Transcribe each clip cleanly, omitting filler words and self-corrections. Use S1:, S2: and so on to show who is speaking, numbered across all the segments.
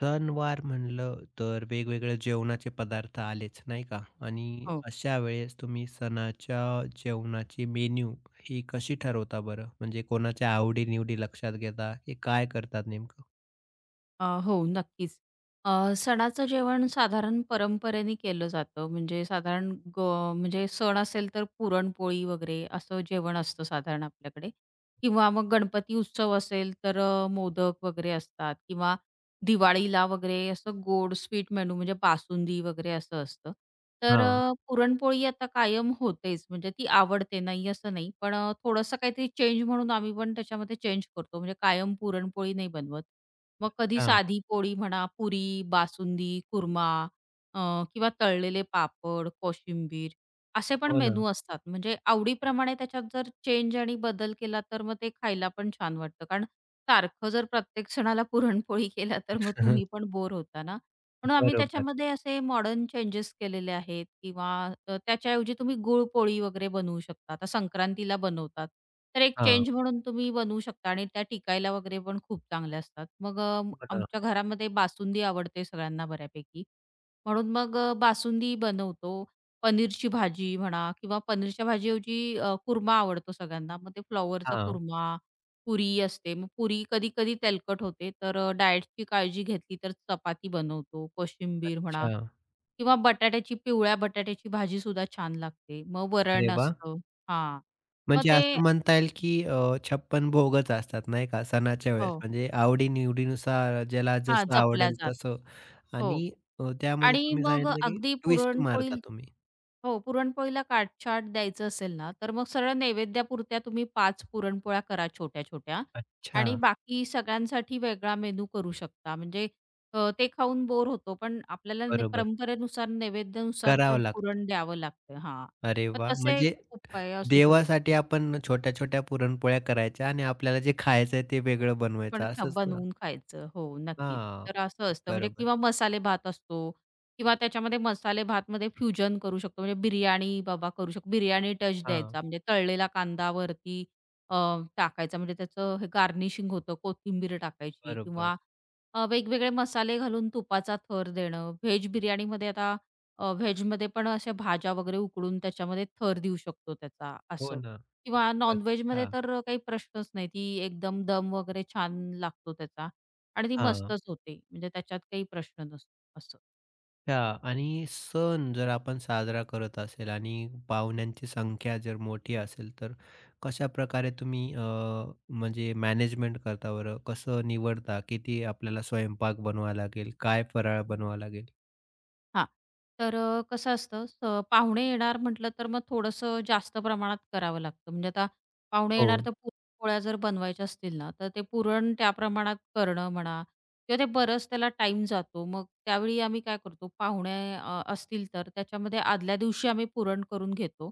S1: सणवार म्हणलं तर वेगवेगळे जेवणाचे पदार्थ आलेच, नाही का? आणि
S2: हो.
S1: अशा वेळेस तुम्ही सणाच्या जेवणाची मेन्यू ही कशी ठरवता बरं? म्हणजे कोणाच्या आवडी-निवडी लक्षात घेता, की काय करतात नेमकं?
S2: हो, नक्कीच. सणाचं जेवण साधारण परंपरेने केलं जातं. म्हणजे साधारण ग म्हणजे सण असेल तर पुरणपोळी वगैरे असं जेवण असतं साधारण आपल्याकडे, किंवा मग गणपती उत्सव असेल तर मोदक वगैरे असतात, किंवा दिवाळीला वगैरे असं गोड स्वीट मेनू म्हणजे बासुंदी वगैरे असं असतं. तर
S1: हां,
S2: पुरणपोळी आता कायम होतेच. म्हणजे ती आवडते, नाही असं नाही. पण थोडंसं काहीतरी चेंज म्हणून आम्ही पण त्याच्यामध्ये चेंज करतो. म्हणजे कायम पुरणपोळी नाही बनवत. मग कधी
S1: हां.
S2: साधी पोळी म्हणा, पुरी, बासुंदी, कुर्मा, अ, किंवा तळलेले पापड, कोशिंबीर असे पण
S1: हो ना.
S2: मेनू असतात. म्हणजे आवडीप्रमाणे त्याच्यात जर चेंज आणि बदल केला, तर मग ते खायला पण छान वाटतं. कारण सारखं जर प्रत्येक सणाला पुरणपोळी केला, तर मग तुम्ही पण बोर होता ना. म्हणून आम्ही
S1: बरोबर.
S2: त्याच्यामध्ये असे मॉडर्न चेंजेस केलेले आहेत. किंवा त्याच्याऐवजी तुम्ही गुळपोळी वगैरे बनवू शकता. आता संक्रांतीला बनवतात. तर एक
S1: हां.
S2: चेंज म्हणून तुम्ही बनवू शकता, आणि त्या टिकायला वगैरे पण खूप चांगल्या असतात. मग
S1: हो ना.
S2: आमच्या घरामध्ये बासुंदी आवडते सगळ्यांना बऱ्यापैकी. म्हणून मग बासुंदी बनवतो. पनीरची भाजी म्हणा, किंवा पनीरच्या भाजीऐवजी कुर्मा आवडतो सगळ्यांना. मग ते फ्लॉवरचा
S1: हां.
S2: कुर्मा, पुरी असते. मग पुरी कधी-कधी तेलकट होते, तर डाएटची काळजी घेतली तर चपाती बनवतो, कोशिंबीर म्हणा,
S1: अच्छा.
S2: किंवा बटाट्याची पिवळ्या बटाट्याची भाजीसुद्धा छान लागते. मग वरण
S1: अरे वाह!
S2: असतं. हां. मग
S1: म्हणजे
S2: ते,
S1: असं म्हणता येईल की 56 भोगच असतात नाही का सणाच्या वेळेस.
S2: हो.
S1: म्हणजे आवडी-निवडीनुसार ज्याला
S2: हां,
S1: जसं
S2: जपल्या
S1: आवडेल
S2: जात.
S1: तसं
S2: हो.
S1: आणि त्यामध्ये
S2: आणि
S1: तुम्ही
S2: मग
S1: सांगितलं की
S2: अगदी
S1: ट्विस्ट
S2: पुरणपोळी,
S1: मारता तुम्ही.
S2: हो, पुरणपोळीला काट-छाट द्यायचं असेल ना, तर मग सरळ नैवेद्यापुरत्या तुम्ही 5 पुरणपोळ्या करा छोट्या-छोट्या,
S1: अच्छा,
S2: आणि बाकी सगळ्यांसाठी वेगळा मेनू करू शकता. म्हणजे ते खाऊन बोर होतो, पण आपल्याला न
S1: बरोबर.
S2: परंपरेनुसार, नैवेद्यानुसार
S1: करावं
S2: पण
S1: लागतं.
S2: पुरण द्यावं लागतं. हां,
S1: अरे
S2: तर
S1: वा
S2: तसे एक
S1: म्हणजे
S2: उपाय असू शकतो.
S1: देवासाठी आपण छोट्या-छोट्या पुरणपोळ्या करायच्या आणि आपल्याला जे खायचंय ते वेगळं बनवायचं
S2: पण
S1: असंच ना?
S2: बनवून खायचं. हो, नक्कीच.
S1: हां,
S2: तर असं असतं. म्हणजे
S1: बरोबर.
S2: किंवा मसाले भात असतो, किंवा त्याच्यामध्ये मसाले भातमध्ये फ्युजन करू शकतो. म्हणजे बिर्याणी बाबा करू शकतो. बिर्याणी टच
S1: हां,
S2: द्यायचा म्हणजे तळलेला कांदा वरती अ, टाकायचा, म्हणजे त्याचं हे गार्निशिंग होतं. कोथिंबीर टाकायची,
S1: बरोबर.
S2: किंवा वेगवेगळे मसाले घालून तुपाचा थर देणं. व्हेज बिर्याणीमध्ये आता व्हेजमध्ये पण अशा भाज्या वगैरे उकडून त्याच्यामध्ये थर देऊ शकतो त्याचा
S1: हो
S2: असं.
S1: ना.
S2: किंवा नॉन-व्हेजमध्ये
S1: अच्छा.
S2: तर काही प्रश्नच नाही. ती एकदम दम वगैरे छान लागतो त्याचा, आणि ती
S1: हां.
S2: मस्तच होते. म्हणजे त्याच्यात काही प्रश्न नसतो असं.
S1: अच्छा आणि सण जर आपण साजरा करत असेल आणि पाहुण्यांची संख्या जर मोठी असेल, तर कशा प्रकारे तुम्ही म्हणजे मॅनेजमेंट करता बरं? कसं निवडता? किती आपल्याला स्वयंपाक बनवावा लागेल? काय फराळ बनवावा लागेल?
S2: हां. तर अ, कसं असतं स पाहुणे येणार म्हटलं तर मग थोडंसं जास्त प्रमाणात करावं लागतं. म्हणजे आता पाहुणे येणार,
S1: हो.
S2: तर पुरणपोळ्या जर बनवायच्या असतील ना, तर ते पुरण त्या प्रमाणात करणं म्हणा, किंवा ते बरंच त्याला टाईम जातो. मग त्यावेळी आम्ही काय करतो, पाहुणे असतील तर त्याच्यामध्ये आदल्या दिवशी आम्ही पुरण करून घेतो,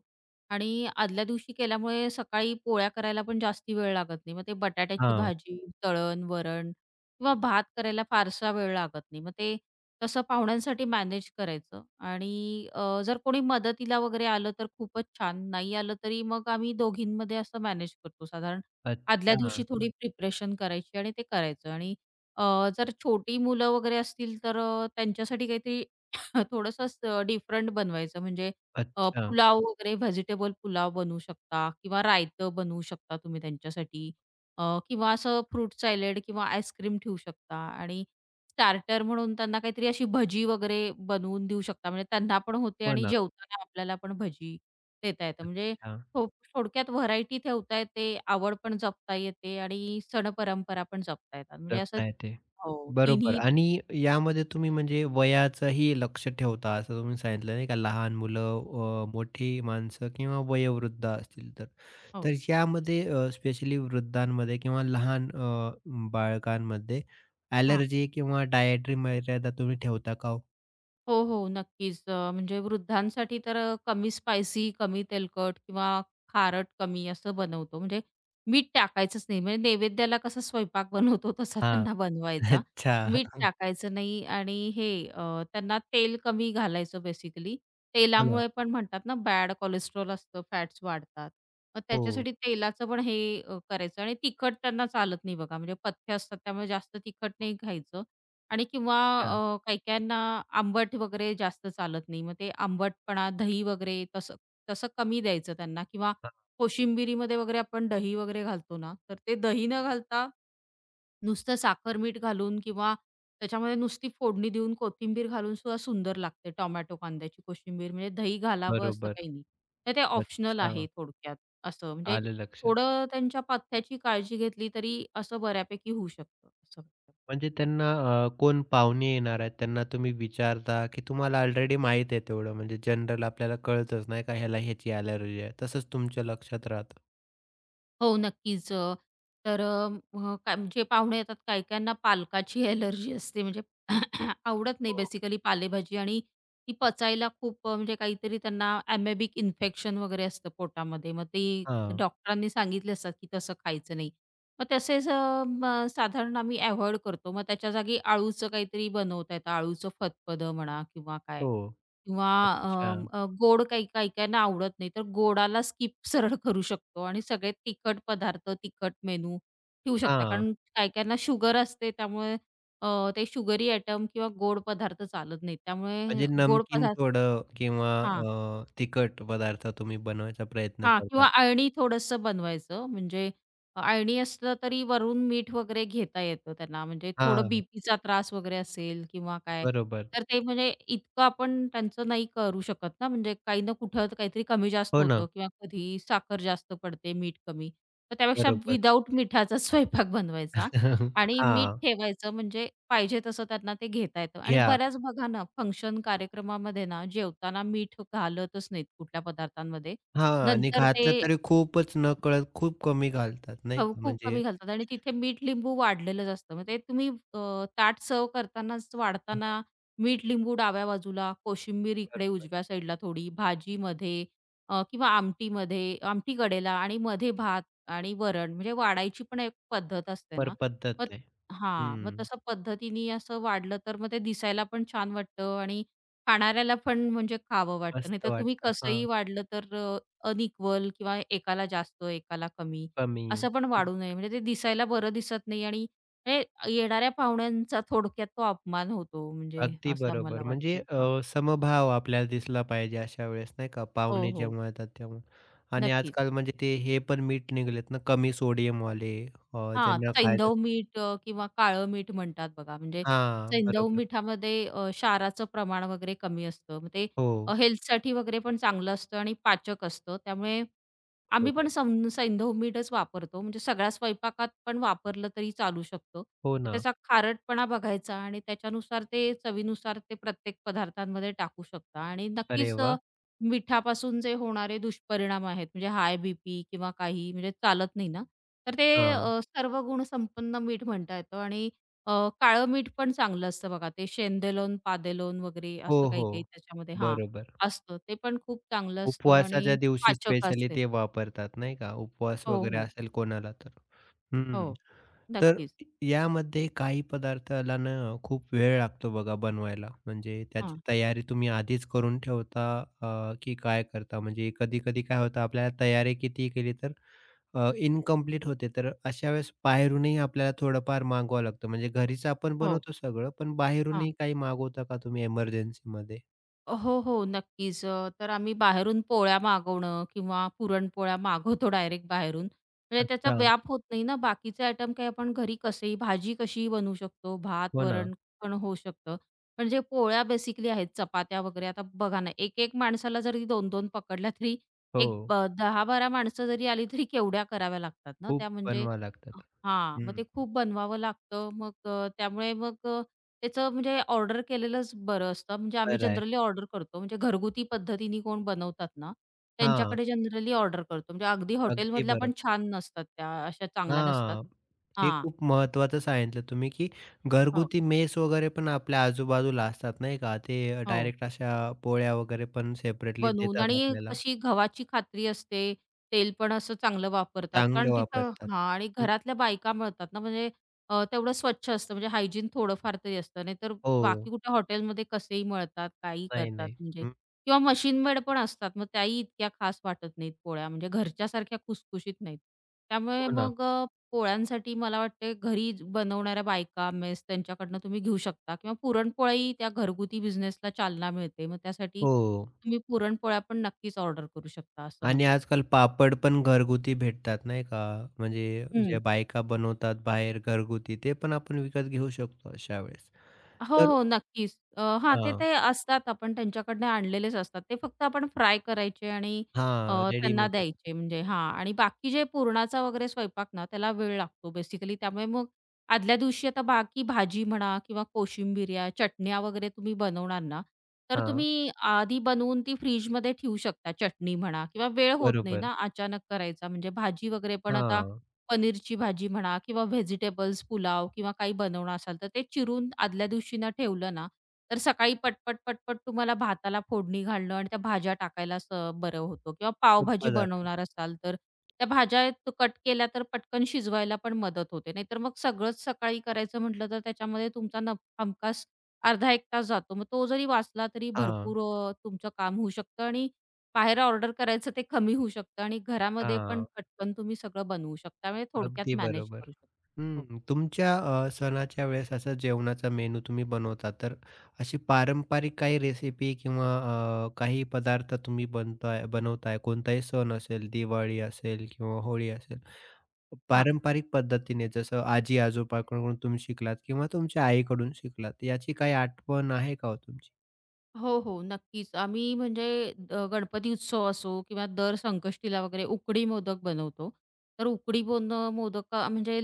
S2: आणि आदल्या दिवशी केल्यामुळे सकाळी पोळ्या करायला पण जास्ती वेळ लागत नाही. मग ते बटाट्याची
S1: हां.
S2: भाजी, तळण, वरण किंवा भात करायला फारसा वेळ लागत नाही. मग ते तसं पाहुण्यांसाठी मॅनेज करायचं. आणि जर कोणी मदतीला वगैरे आलं तर खूपच छान. नाही आलं तरी मग आम्ही दोघींमध्ये असं मॅनेज करतो साधारण. आदल्या
S1: अच्छा,
S2: दिवशी थोडी प्रिपरेशन करायची आणि ते करायचं. आणि अ, जर छोटी मुलं वगैरे असतील तर त्यांच्यासाठी काहीतरी थोडंसं डिफरंट बनवायचं. म्हणजे
S1: अच्छा.
S2: पुलाव वगैरे, व्हेजिटेबल पुलाव बनवू शकता, किंवा रायतं बनवू शकता तुम्ही त्यांच्यासाठी, अ, किंवा असं फ्रूट सॅलड किंवा आईस्क्रीम ठेवू शकता. आणि स्टार्टर म्हणून त्यांना काहीतरी अशी भजी वगैरे बनवून देऊ शकता. म्हणजे त्यांना पण होते,
S1: हो
S2: आणि
S1: ना.
S2: जेवताना आपल्याला पण भजी देता येतं. म्हणजे
S1: अच्छा.
S2: थो थोडक्यात व्हरायटी ठेवता येते, आवड पण जपता येते, आणि सण परंपरा पण जपता येतात. म्हणजे असं.
S1: जपता येते.
S2: हो.
S1: बरोबर
S2: तिन्ही.
S1: आणि यामध्ये तुम्ही म्हणजे वयाचंही लक्ष ठेवता असं तुम्ही सांगितलं नाही का? लहान मुलं, मोठी माणसं किंवा वयोवृद्ध असतील तर.
S2: हो.
S1: तर यामध्ये स्पेशली वृद्धांमध्ये किंवा लहान बाळकांमध्ये
S2: हां.
S1: ॲलर्जी किंवा डायटरी मर्यादा तुम्ही ठेवता का हो?
S2: हो, हो, नक्कीच. म्हणजे वृद्धांसाठी तर कमी स्पायसी, कमी तेलकट, किंवा खारट कमी असं बनवतो. म्हणजे मीठ टाकायचंच नाही. म्हणजे नैवेद्याला कसा स्वयंपाक बनवतो, तसा
S1: हां.
S2: त्यांना बनवायचा.
S1: अच्छा.
S2: मीठ टाकायचं नाही, आणि हे त्यांना तेल कमी घालायचं बेसिकली.
S1: हो ना.
S2: तेलामुळे पण म्हणतात ना, बॅड कोलेस्ट्रॉल असतं, फॅट्स वाढतात. मग
S1: हो.
S2: त्याच्यासाठी तेलाचं पण हे करायचं. आणि तिखट त्यांना चालत नाही बघा. म्हणजे पथ्य असतात, त्यामुळे जास्त तिखट नाही खायचं. आणि किंवा
S1: हां,
S2: काही-काहींना आंबट वगैरे जास्त चालत नाही. मग ते आंबटपणा, दही वगैरे तसं तसं कमी द्यायचं त्यांना, किंवा
S1: हां.
S2: कोशिंबिरीमध्ये वगैरे आपण दही वगैरे घालतो ना, तर ते दही न घालता नुसतं साखर, मीठ घालून, किंवा त्याच्यामध्ये नुसती फोडणी देऊन कोथिंबीर घालून सुद्धा सुंदर लागते टोमॅटो कांद्याची कोशिंबीर. म्हणजे दही घालावं असं
S1: बरोबर.
S2: काही नाही. तर ते ऑप्शनल आहे
S1: अच्छा.
S2: थोडक्यात, असं. म्हणजे
S1: आलं लक्षात.
S2: थोडं त्यांच्या पथ्याची काळजी घेतली तरी असं बऱ्यापैकी होऊ शकतं, असं वाटतं.
S1: म्हणजे त्यांना कोण पाहुणे येणार आहेत, त्यांना तुम्ही विचारता, की तुम्हाला ऑलरेडी माहीत आहे तेवढं म्हणजे जनरल आपल्याला कळतच नाही का ह्याला ह्याची ॲलर्जी आहे. तसंच तुमच्या लक्षात राहतं.
S2: हो, नक्कीच. अ, तर अ, म, काय, जे पाहुणे येतात काही-काहींना पालकाची एलर्जी असते. म्हणजे आवडत नाही
S1: हो.
S2: बेसिकली पालेभाजी, आणि ती पचायला खूप म्हणजे काहीतरी त्यांना अमॅबिक इन्फेक्शन वगैरे असतं पोटामध्ये. मग ते
S1: हां.
S2: डॉक्टरांनी सांगितले असतात, की तसं खायचं नाही. मग तसेच अ, म साधारण आम्ही अव्हॉइड करतो. मग त्याच्या जागी अळूचं काहीतरी बनवता येतं. अळूचं फतफदं म्हणा किंवा काय.
S1: हो.
S2: किंवा
S1: अच्छा.
S2: गोड काही काही काहींना आवडत नाही, तर गोडाला स्किप सरळ करू शकतो, आणि सगळे तिखट पदार्थ, तिखट मेनू ठेवू शकता.
S1: हां.
S2: कारण काही काहींना शुगर असते, त्यामुळे अ, ते शुगरी आयटम किंवा गोड पदार्थ चालत नाहीत. त्यामुळे
S1: म्हणजे
S2: गोड
S1: नमकीन
S2: पदार्थ.
S1: थोडं किंवा
S2: हां.
S1: तिखट पदार्थ तुम्ही बनवायचा प्रयत्न
S2: हां,
S1: करता.
S2: किंवा अळणी थोडंसं बनवायचं. म्हणजे अळणी असलं तरी वरून मीठ वगैरे घेता येतं त्यांना. म्हणजे थोडं
S1: हां,
S2: बीपीचा त्रास वगैरे असेल किंवा काय,
S1: बरोबर.
S2: तर ते म्हणजे इतकं आपण त्यांचं नाही करू शकत ना. म्हणजे काही ना कुठं काहीतरी कमी जास्त
S1: हो
S2: होतं,
S1: ना,
S2: किंवा कधी साखर जास्त पडते, मीठ कमी. तर त्यापेक्षा
S1: बरोबर.
S2: विदाऊट मिठाचा स्वयंपाक बनवायचा, आणि मीठ
S1: हां,
S2: ठेवायचं. म्हणजे पाहिजे तसं त्यांना ते घेता येतं, आणि
S1: घ्या.
S2: बऱ्याच बघा ना फंक्शन कार्यक्रमामध्ये ना जेवताना मीठ घालतच नाहीत कुठल्या पदार्थांमध्ये.
S1: हां आणि
S2: नंतर ते,
S1: घातलं तरी खूपच नकळत खूप कमी घालतात नाही
S2: हो,
S1: का?
S2: खूप
S1: म्हणजे
S2: कमी घालतात, आणि तिथे मीठ, लिंबू वाढलेलंच असतं. मग ते तुम्ही ताट सर्व्ह करतानाच,
S1: हां,
S2: वाढताना मीठ, लिंबू डाव्या बाजूला, कोशिंबीर इकडे
S1: बरोबर.
S2: उजव्या साईडला थोडी, भाजीमध्ये किंवा आमटीमध्ये, आमटी कडेला, आणि मध्ये भात आणि वरण. म्हणजे वाढायची पण एक पद्धत असते
S1: पर
S2: ना. मग
S1: पद्धत आहे.
S2: हां, मग
S1: हं,
S2: तसं पद्धतीने असं वाढलं, तर मग ते दिसायला पण छान वाटतं, आणि खाणाऱ्याला पण म्हणजे खावं वाटतं.
S1: मस्त
S2: नाहीतर तुम्ही
S1: वाटतं.
S2: कसंही
S1: हां,
S2: वाढलं तर अनइक्वल, किंवा एकाला जास्त, एकाला कमी
S1: कमी.
S2: असं पण वाढू नये. म्हणजे ते दिसायला बरं दिसत नाही, आणि हे येणाऱ्या पाहुण्यांचा थोडक्यात तो अपमान होतो. म्हणजे
S1: अगदी
S2: असं मला
S1: बरोबर. म्हणजे
S2: वाटतंय. हां.
S1: समभाव आपल्याला दिसला पाहिजे अशा वेळेस नाही का?
S2: हो,
S1: पाहुणे
S2: हो,
S1: जेव्हा येतात तेव्हा. आणि
S2: नक्कीच.
S1: आजकाल म्हणजे ते हे पण मीठ निघालेत ना कमी सोडियमवाले अ,
S2: हां,
S1: ज्यांना खायचं
S2: सैंधव मीठ, किंवा काळं मीठ म्हणतात बघा. म्हणजे
S1: हां,
S2: सैंधव
S1: बरोबर.
S2: मिठामध्ये क्षाराचं प्रमाण वगैरे कमी असतं. मग ते
S1: हो,
S2: हेल्थसाठी वगैरे पण चांगलं असतं, आणि पाचक असतं. त्यामुळे आम्ही पण
S1: बरोबर.
S2: सैंधव मीठच वापरतो. म्हणजे सगळ्या स्वयंपाकात पण वापरलं तरी चालू शकतो.
S1: हो
S2: तर
S1: ना.
S2: त्याचा खारटपणा बघायचा, आणि त्याच्यानुसार ते चवीनुसार ते प्रत्येक पदार्थांमध्ये टाकू शकता, आणि
S1: अरे
S2: नक्कीच
S1: वाह!
S2: मिठापासून जे होणारे दुष्परिणाम आहेत, म्हणजे हाय बीपी, किंवा काही म्हणजे चालत नाही ना, तर ते
S1: हां.
S2: सर्व गुण संपन्न मीठ म्हणता येतं. आणि अ, काळं मीठ पण चांगलं असतं बघा. ते शेंदलोन, पादेलोन वगैरे
S1: हो,
S2: असं काही-काही
S1: हो.
S2: त्याच्यामध्ये, हां,
S1: बरोबर.
S2: असतं. ते पण खूप चांगलं असतं,
S1: उपवासाच्या
S2: आणि
S1: दिवशी
S2: पाचक
S1: स्पेशली
S2: असते.
S1: ते वापरतात नाही का? उपवास
S2: हो,
S1: वगैरे
S2: हो.
S1: असेल कोणाला तर. हं.
S2: हो,
S1: तर
S2: नक्कीच.
S1: यामध्ये काही पदार्थाला ना खूप वेळ लागतो बघा बनवायला. म्हणजे त्याची
S2: हां.
S1: तयारी तुम्ही आधीच करून ठेवता की काय करता? म्हणजे कधी-कधी काय होतं आपल्याला तयारी कितीही केली तर अ, होते. तर अशा वेळेस बाहेरूनही आपल्याला थोडंफार मागवावं लागतं. म्हणजे घरीच आपण
S2: हो.
S1: बनवतो सगळं, पण
S2: हां.
S1: बाहेरूनही काही मागवता का तुम्ही एमर्जन्सीमध्ये?
S2: हो, हो, नक्कीच. तर आम्ही बाहेरून पोळ्या मागवणं किंवा पुरणपोळ्या मागवतो डायरेक्ट बाहेरून. म्हणजे त्याचा
S1: अच्छा.
S2: व्याप होत नाही ना. बाकीचे आयटम काही आपण घरी कसेही, भाजी कशीही बनवू शकतो, भात,
S1: हो ना.
S2: वरण पण होऊ शकतं. पण जे पोळ्या बेसिकली आहेत, चपात्या वगैरे. आता बघा ना, एक-एक माणसाला जरी 2-2 पकडल्या तरी, एक
S1: हो.
S2: 10-12 माणसं जरी आली तरी केवढ्या कराव्या लागतात ना
S1: खूप
S2: त्या. म्हणजे
S1: बनवावं लागतात.
S2: हां, मग
S1: हं.
S2: ते खूप बनवावं लागतं. मग त्यामुळे मग त्याचं म्हणजे ऑर्डर केलेलंच बरं असतं. म्हणजे आम्ही
S1: बरं आहे.
S2: जनरली ऑर्डर करतो. म्हणजे घरगुती पद्धतीने कोण बनवतात ना,
S1: हां.
S2: त्यांच्याकडे जनरली ऑर्डर करतो. म्हणजे अगदी
S1: अगदी
S2: हॉटेलमधल्या
S1: बरं.
S2: पण छान नसतात त्या, अशा चांगल्या नसतात.
S1: हां, हे
S2: हां.
S1: खूप महत्त्वाचं सांगितलं तुम्ही, की
S2: हो,
S1: घरगुती मेस वगैरे पण आपल्या आजूबाजूला असतात नाही का? ते
S2: हो.
S1: डायरेक्ट अशा पोळ्या वगैरे पण सेपरेटली
S2: बनवून,
S1: देतात
S2: आणि
S1: आपल्याला.
S2: कशी गव्हाची खात्री असते, तेल पण असं चांगलं वापरतात. कारण
S1: चांगलं
S2: तिथं
S1: वापरतात.
S2: हां, आणि
S1: हं,
S2: घरातल्या बायका मिळतात ना. म्हणजे तेवढं स्वच्छ असतं, म्हणजे हायजीन थोडंफार तरी असतं. नाहीतर बाकी
S1: हो.
S2: कुठे हॉटेलमध्ये कसेही मळतात, काहीही
S1: नाही,
S2: करतात.
S1: नाही.
S2: म्हणजे
S1: हं,
S2: किंवा मशीनमेड पण असतात. मग त्याही इतक्या खास वाटत नाहीत पोळ्या, म्हणजे घरच्यासारख्या खुसखुशीत नाहीत. त्यामुळे
S1: हो ना.
S2: मग पोळ्यांसाठी मला वाटते, घरी बनवणाऱ्या बायका, मेस त्यांच्याकडनं तुम्ही घेऊ शकता, किंवा पुरणपोळ्याही त्या घरगुती बिझनेसला चालना मिळते. मग त्यासाठी
S1: हो.
S2: तुम्ही पुरणपोळ्या पण नक्कीच ऑर्डर करू शकता, असं मला.
S1: आणि आजकाल पापड पण घरगुती भेटतात नाही का? म्हणजे
S2: हं.
S1: जे बायका बनवतात बाहेर घरगुती ते पण आपण विकत घेऊ शकतो अशा वेळेस.
S2: हो,
S1: तर
S2: हो, नक्कीच. हां, ते
S1: हां,
S2: ते असतात, आपण त्यांच्याकडनं आणलेलेच असतात. ते फक्त आपण फ्राय करायचे, आणि अ,
S1: हां,
S2: त्यांना
S1: रेडीमेडच.
S2: द्यायचे. म्हणजे हां, आणि बाकी जे पुरणाचा वगैरे स्वयंपाक ना, त्याला वेळ लागतो बेसिकली. त्यामुळे मग आदल्या दिवशी, आता बाकी भाजी म्हणा किंवा कोशिंबीर या चटण्या वगैरे तुम्ही बनवणार ना, तर
S1: हां,
S2: तुम्ही आधी बनवून ती फ्रिजमध्ये ठेवू शकता, चटणी म्हणा, किंवा वेळ होत नाही
S1: बरोबर.
S2: ना अचानक करायचा. म्हणजे भाजी वगैरे पण आता
S1: हां,
S2: पनीरची भाजी म्हणा किंवा व्हेजिटेबल्स, पुलाव किंवा काही बनवणार असाल, तर ते चिरून आदल्या दिवशी ना ठेवलं ना, तर सकाळी पटपट, पटपट तुम्हाला भाताला फोडणी घालणं आणि त्या भाज्या टाकायला बरं होतं, किंवा पावभाजी
S1: सोपं जातं.
S2: बनवणार असाल, तर त्या भाज्या कट केल्या तर पटकन शिजवायला पण मदत होते. नाहीतर मग सगळंच सकाळी करायचं म्हटलं, तर त्याच्यामध्ये तुमचा हमखास अर्धा 1 तास जातो. मग तो जरी वाचला तरी
S1: हां.
S2: भरपूर, तुमचं काम होऊ शकतं, आणि बाहेर ऑर्डर करायचं ते कमी होऊ शकतं, आणि घरामध्ये पण
S1: हां,
S2: पटकन तुम्ही सगळं बनवू शकता. म्हणजे थोडक्यात
S1: अगदी
S2: मॅनेज
S1: बरोबर.
S2: करू शकता. हो.
S1: हं, तुमच्या सणाच्या वेळेस असा जेवणाचा मेनू तुम्ही बनवता, तर अशी पारंपरिक काही रेसिपी किंवा काही पदार्थ तुम्ही बनवताय, कोणताही सण असेल, दिवाळी असेल किंवा होळी असेल.
S2: हां.
S1: पारंपरिक पद्धतीने जसं आजी-आजोबाकडून तुम्ही शिकलात किंवा तुमच्या आईकडून शिकलात, याची काही आठवण आहे का हो तुमची?
S2: हो, हो, नक्कीच. आम्ही म्हणजे गणपती उत्सव असो किंवा दर संकष्टीला वगैरे उकडी मोदक बनवतो. तर उकडी मोदक, म्हणजे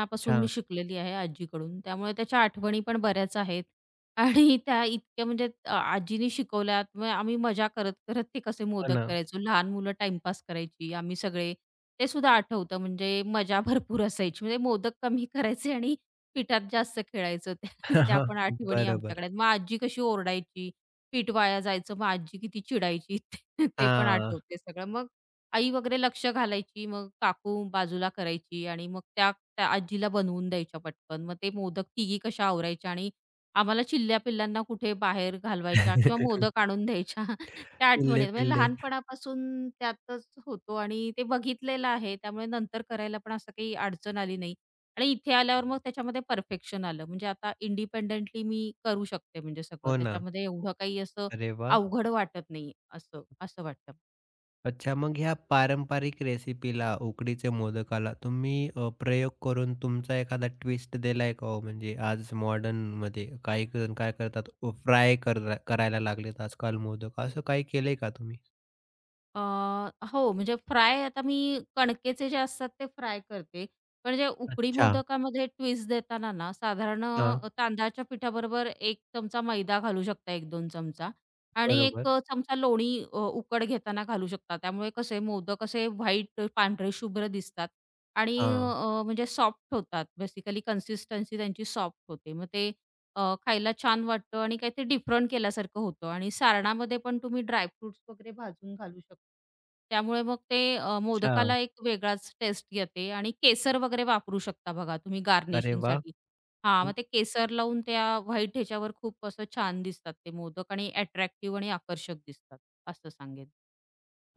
S1: अच्छा,
S2: मी शिकलेली आहे आजीकडून. त्यामुळे त्याच्या आठवणी पण बऱ्याच आहेत. आणि त्या इतक्या, म्हणजे आजीनी शिकवल्यात. मग आम्ही मजा करत-करत ते कसे
S1: हो
S2: मोदक
S1: ना.
S2: करायचो. लहान मुलं टाईमपास करायची. आम्ही सगळे. ते सुद्धा आठवतं. म्हणजे मजा भरपूर असायची. म्हणजे मोदक कमी करायचे, आणि पिठात जास्त खेळायचं. त्या त्या पण आठवणी
S1: बरोबर.
S2: आमच्याकडे आहेत. मग आजी कशी ओरडायची, पीठ वाया जायचं, मग आजी किती चिडायची, ते पण
S1: हां.
S2: आठवते सगळं. मग आई वगैरे लक्ष घालायची. मग काकू बाजूला करायची, आणि मग त्या त्या आजीला बनवून द्यायच्या पटकन. मग ते मोदक तिघी कशा आवरायच्या, आणि आम्हाला चिल्ल्या-पिल्ल्यांना कुठे बाहेर घालवायच्या, किंवा मोदक आणून द्यायच्या. त्या आठवणी
S1: पिल्ले,
S2: आहेत. म्हणजे
S1: पिल्ले.
S2: लहानपणापासून त्यातच होतो आणि ते बघितलेलं आहे. त्यामुळे नंतर करायला पण असं काही अडचण आली नाही. आणि इथे आल्यावर मग त्याच्यामध्ये परफेक्शन आलं. म्हणजे आता इंडिपेंडेंटली मी करू शकते, म्हणजे सगळं.
S1: हो ना.
S2: त्याच्यामध्ये एवढं काही असं
S1: अरे वाह!
S2: अवघड वाटत नाही, असं असं वाटतं.
S1: अच्छा, मग ह्या पारंपरिक रेसिपीला, उकडीचे मोदकाला तुम्ही प्रयोग करून तुमचा एखादा ट्विस्ट दिलाय का हो? म्हणजे आज मॉडर्नमध्ये काही जण काय करतात फ्राय कर करायला लागलेत आजकाल मोदक. असं काही केलंय का तुम्ही?
S2: अ, हो, म्हणजे फ्राय आता मी कणकेचे जे असतात ते फ्राय करते. पण जे उकडी
S1: अच्छा.
S2: मोदकामध्ये ट्विस्ट देताना ना, साधारण
S1: हां,
S2: तांदळाच्या पिठाबरोबर एक चमचा मैदा घालू शकता, एक दोन चमचा, आणि एक
S1: बरोबर.
S2: चमचा लोणी, उकड घेताना घालू शकता. त्यामुळे कसे मोदक असे व्हाईट, पांढरे शुभ्र दिसतात, आणि
S1: हां.
S2: म्हणजे सॉफ्ट होतात. बेसिकली कन्सिस्टन्सी त्यांची सॉफ्ट होते. मग ते खायला छान वाटतं, आणि काहीतरी डिफरंट केल्यासारखं होतं. आणि सारणामध्ये पण तुम्ही ड्रायफ्रुट्स वगैरे भाजून घालू शकता. त्यामुळे मग ते
S1: अच्छा.
S2: मोदकाला एक वेगळाच टेस्ट येते, आणि केसर वगैरे वापरू शकता बघा तुम्ही
S1: अरे वाह!
S2: गार्निशिंगसाठी. हां, मग
S1: हं.
S2: ते केसर लावून त्या व्हाईट ह्याच्यावर खूप असं छान दिसतात ते मोदक, आणि अट्रॅक्टिव्ह आणि आकर्षक दिसतात, असं सांगेन.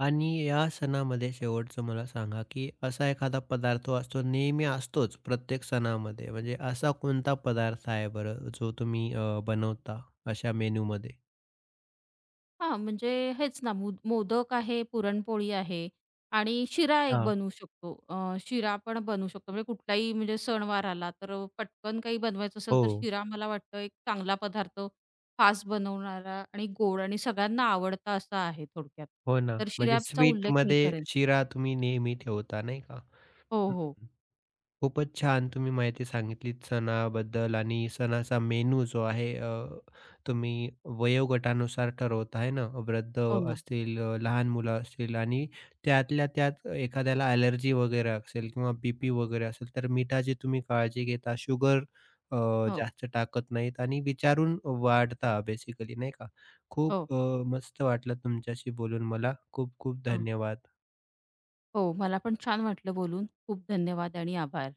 S1: आणि या सणामध्ये शेवटचं मला सांगा, की असा एखादा पदार्थ असतो नेहमी असतोच प्रत्येक सणामध्ये. म्हणजे असा कोणता पदार्थ आहे बरं, जो तुम्ही बनवता अशा मेनूमध्ये?
S2: हां, म्हणजे हेच ना, मोदक आहे, पुरणपोळी आहे, आणि शिरा एक
S1: हां.
S2: बनवू शकतो. शिरा पण बनवू शकतो. म्हणजे कुठलाही म्हणजे सणवार आला तर पटकन काही बनवायचं असेल
S1: हो.
S2: तर शिरा मला वाटतं एक चांगला पदार्थ, फास्ट बनवणारा आणि गोड आणि सगळ्यांना आवडता असा आहे थोडक्यात.
S1: हो ना.
S2: तर
S1: म्हणजे
S2: शिऱ्याचा उल्लेख मी
S1: स्वीटमध्ये
S2: करेन.
S1: शिरा तुम्ही नेहमी ठेवता नाही का?
S2: हो,
S1: हं.
S2: हो.
S1: खूपच छान तुम्ही माहिती सांगितलीत सणाबद्दल आणि सणाचा मेनू जो आहे तुम्ही वयोगटानुसार ठरवता आहे ना? वृद्ध
S2: हो ना.
S1: असतील, लहान मुलं असतील आणि त्यातल्या त्यात एखाद्याला ॲलर्जी वगैरे असेल किंवा बी-पी वगैरे असेल, तर मिठाची तुम्ही काळजी घेता. शुगर अ,
S2: हो,
S1: जास्त टाकत नाहीत आणि विचारून वाढता बेसिकली नाही का? खूप
S2: हो.
S1: मस्त वाटलं तुमच्याशी बोलून मला. खूप खूप
S2: हां.
S1: धन्यवाद.
S2: हो, मला पण छान वाटलं बोलून. खूप धन्यवाद आणि आभार.